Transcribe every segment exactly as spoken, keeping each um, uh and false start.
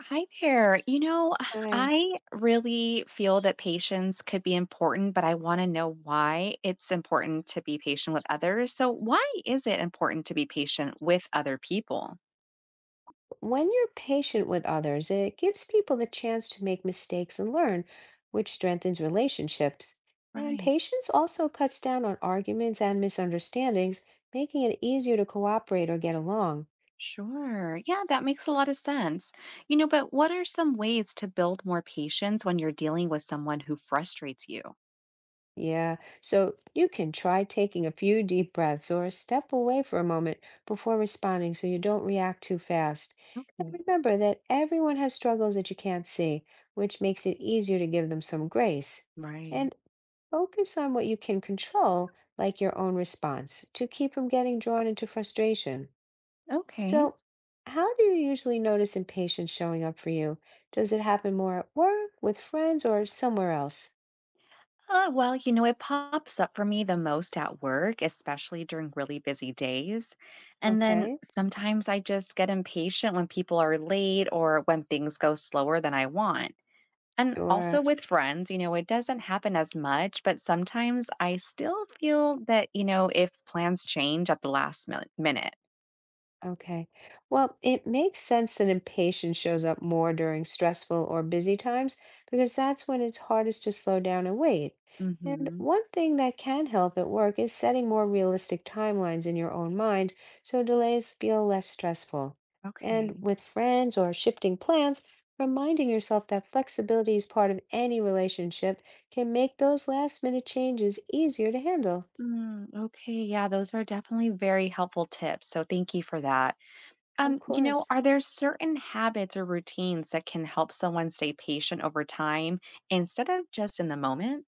Hi there. You know, Hi. I really feel that patience could be important, but I want to know why it's important to be patient with others. So, why is it important to be patient with other people? When you're patient with others, it gives people the chance to make mistakes and learn, which strengthens relationships. And Right. patience also cuts down on arguments and misunderstandings, making it easier to cooperate or get along. Sure. Yeah, that makes a lot of sense. You know, but what are some ways to build more patience when you're dealing with someone who frustrates you? Yeah, so you can try taking a few deep breaths or step away for a moment before responding so you don't react too fast. And Okay. remember that everyone has struggles that you can't see, which makes it easier to give them some grace. Right. And focus on what you can control, like your own response, to keep from getting drawn into frustration. Okay. So, how do you usually notice impatience showing up for you? Does it happen more at work, with friends, or somewhere else? Uh, well, you know, it pops up for me the most at work, especially during really busy days. And then Okay. sometimes I just get impatient when people are late or when things go slower than I want. And also Sure. with friends, you know, it doesn't happen as much, but sometimes I still feel that, you know, if plans change at the last mil- minute. Okay. Well, it makes sense that impatience shows up more during stressful or busy times because that's when it's hardest to slow down and wait. And Mhm. one thing that can help at work is setting more realistic timelines in your own mind so delays feel less stressful. And Okay. with friends or shifting plans, reminding yourself that flexibility is part of any relationship can make those last minute changes easier to handle. Mm, okay, yeah, those are definitely very helpful tips. So thank you for that. Of Um, you know, course. Are there certain habits or routines that can help someone stay patient over time instead of just in the moment?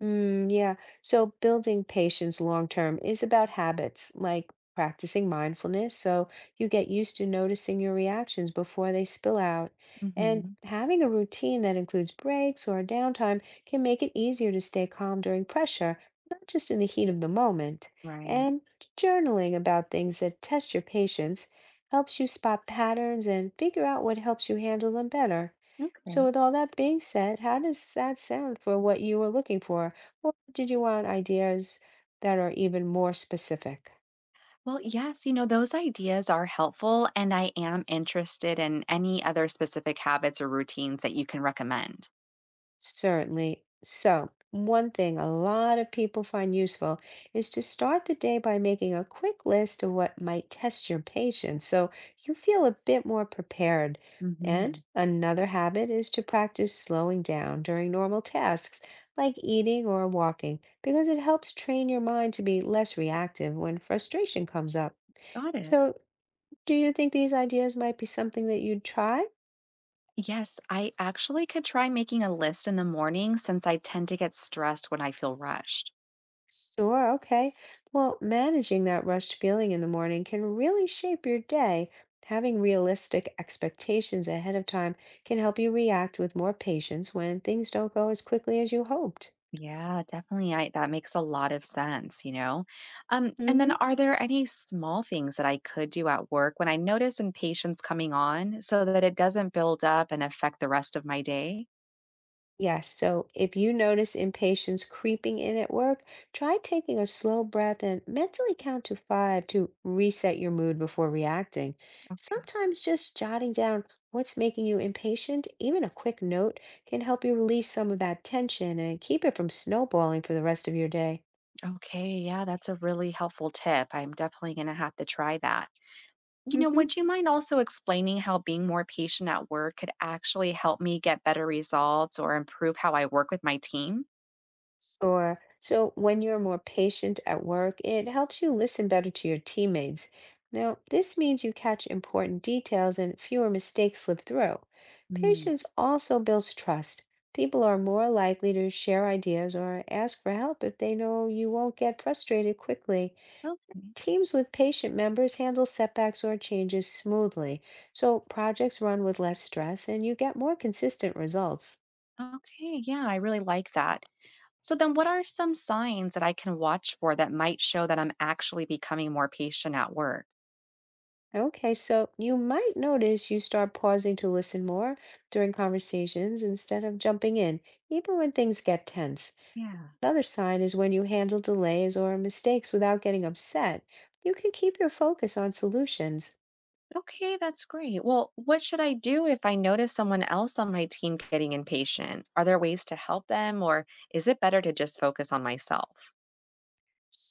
Mm, yeah. So building patience long term is about habits like practicing mindfulness. So you get used to noticing your reactions before they spill out. And Hmm. having a routine that includes breaks or downtime can make it easier to stay calm during pressure, not just in the heat of the moment. Right. And journaling about things that test your patience helps you spot patterns and figure out what helps you handle them better. So, Okay. with all that being said, how does that sound for what you were looking for? Or did you want ideas that are even more specific? Well, yes, you know, those ideas are helpful, and I am interested in any other specific habits or routines that you can recommend. Certainly. So, one thing a lot of people find useful is to start the day by making a quick list of what might test your patience so you feel a bit more prepared. And Hmm. another habit is to practice slowing down during normal tasks like eating or walking because it helps train your mind to be less reactive when frustration comes up. Got it. So, do you think these ideas might be something that you'd try? Yes, I actually could try making a list in the morning since I tend to get stressed when I feel rushed. Sure, okay. Well, managing that rushed feeling in the morning can really shape your day. Having realistic expectations ahead of time can help you react with more patience when things don't go as quickly as you hoped. Yeah, definitely. I that makes a lot of sense, you know. Um, and then Hmm. are there any small things that I could do at work when I notice impatience coming on so that it doesn't build up and affect the rest of my day? Yes, so if you notice impatience creeping in at work, try taking a slow breath and mentally count to five to reset your mood before reacting. Okay. Sometimes just jotting down what's making you impatient, even a quick note, can help you release some of that tension and keep it from snowballing for the rest of your day. Okay, yeah, that's a really helpful tip. I'm definitely going to have to try that. You know, hmm. Would you mind also explaining how being more patient at work could actually help me get better results or improve how I work with my team? Sure. So when you're more patient at work, it helps you listen better to your teammates. Now, this means you catch important details and fewer mistakes slip through. Mm, Patience also builds trust. People are more likely to share ideas or ask for help if they know you won't get frustrated quickly. okay. Teams with patient members handle setbacks or changes smoothly, so projects run with less stress and you get more consistent results. Okay, yeah, I really like that. So, then what are some signs that I can watch for that might show that I'm actually becoming more patient at work? Okay, so you might notice you start pausing to listen more during conversations instead of jumping in, even when things get tense. Yeah. Another sign is when you handle delays or mistakes without getting upset. You can keep your focus on solutions. Okay, that's great. Well, what should I do if I notice someone else on my team getting impatient? Are there ways to help them, or is it better to just focus on myself?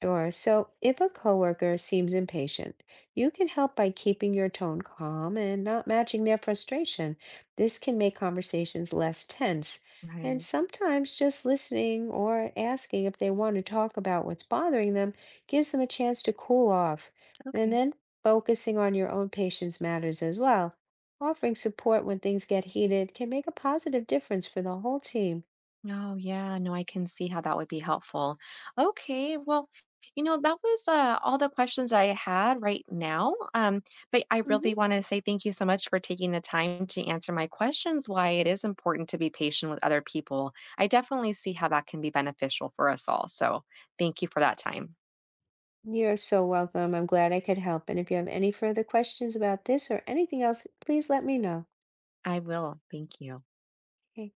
Sure. So if a coworker seems impatient, you can help by keeping your tone calm and not matching their frustration. This can make conversations less tense. And Right. sometimes just listening or asking if they want to talk about what's bothering them gives them a chance to cool off. And Okay. then focusing on your own patience matters as well. Offering support when things get heated can make a positive difference for the whole team. Oh, yeah. No, I can see how that would be helpful. Okay. Well, you know, that was uh, all the questions I had right now. Um, but I really Mhm. want to say thank you so much for taking the time to answer my questions, why it is important to be patient with other people. I definitely see how that can be beneficial for us all. So thank you for that time. You're so welcome. I'm glad I could help. And if you have any further questions about this or anything else, please let me know. I will. Thank you. Okay.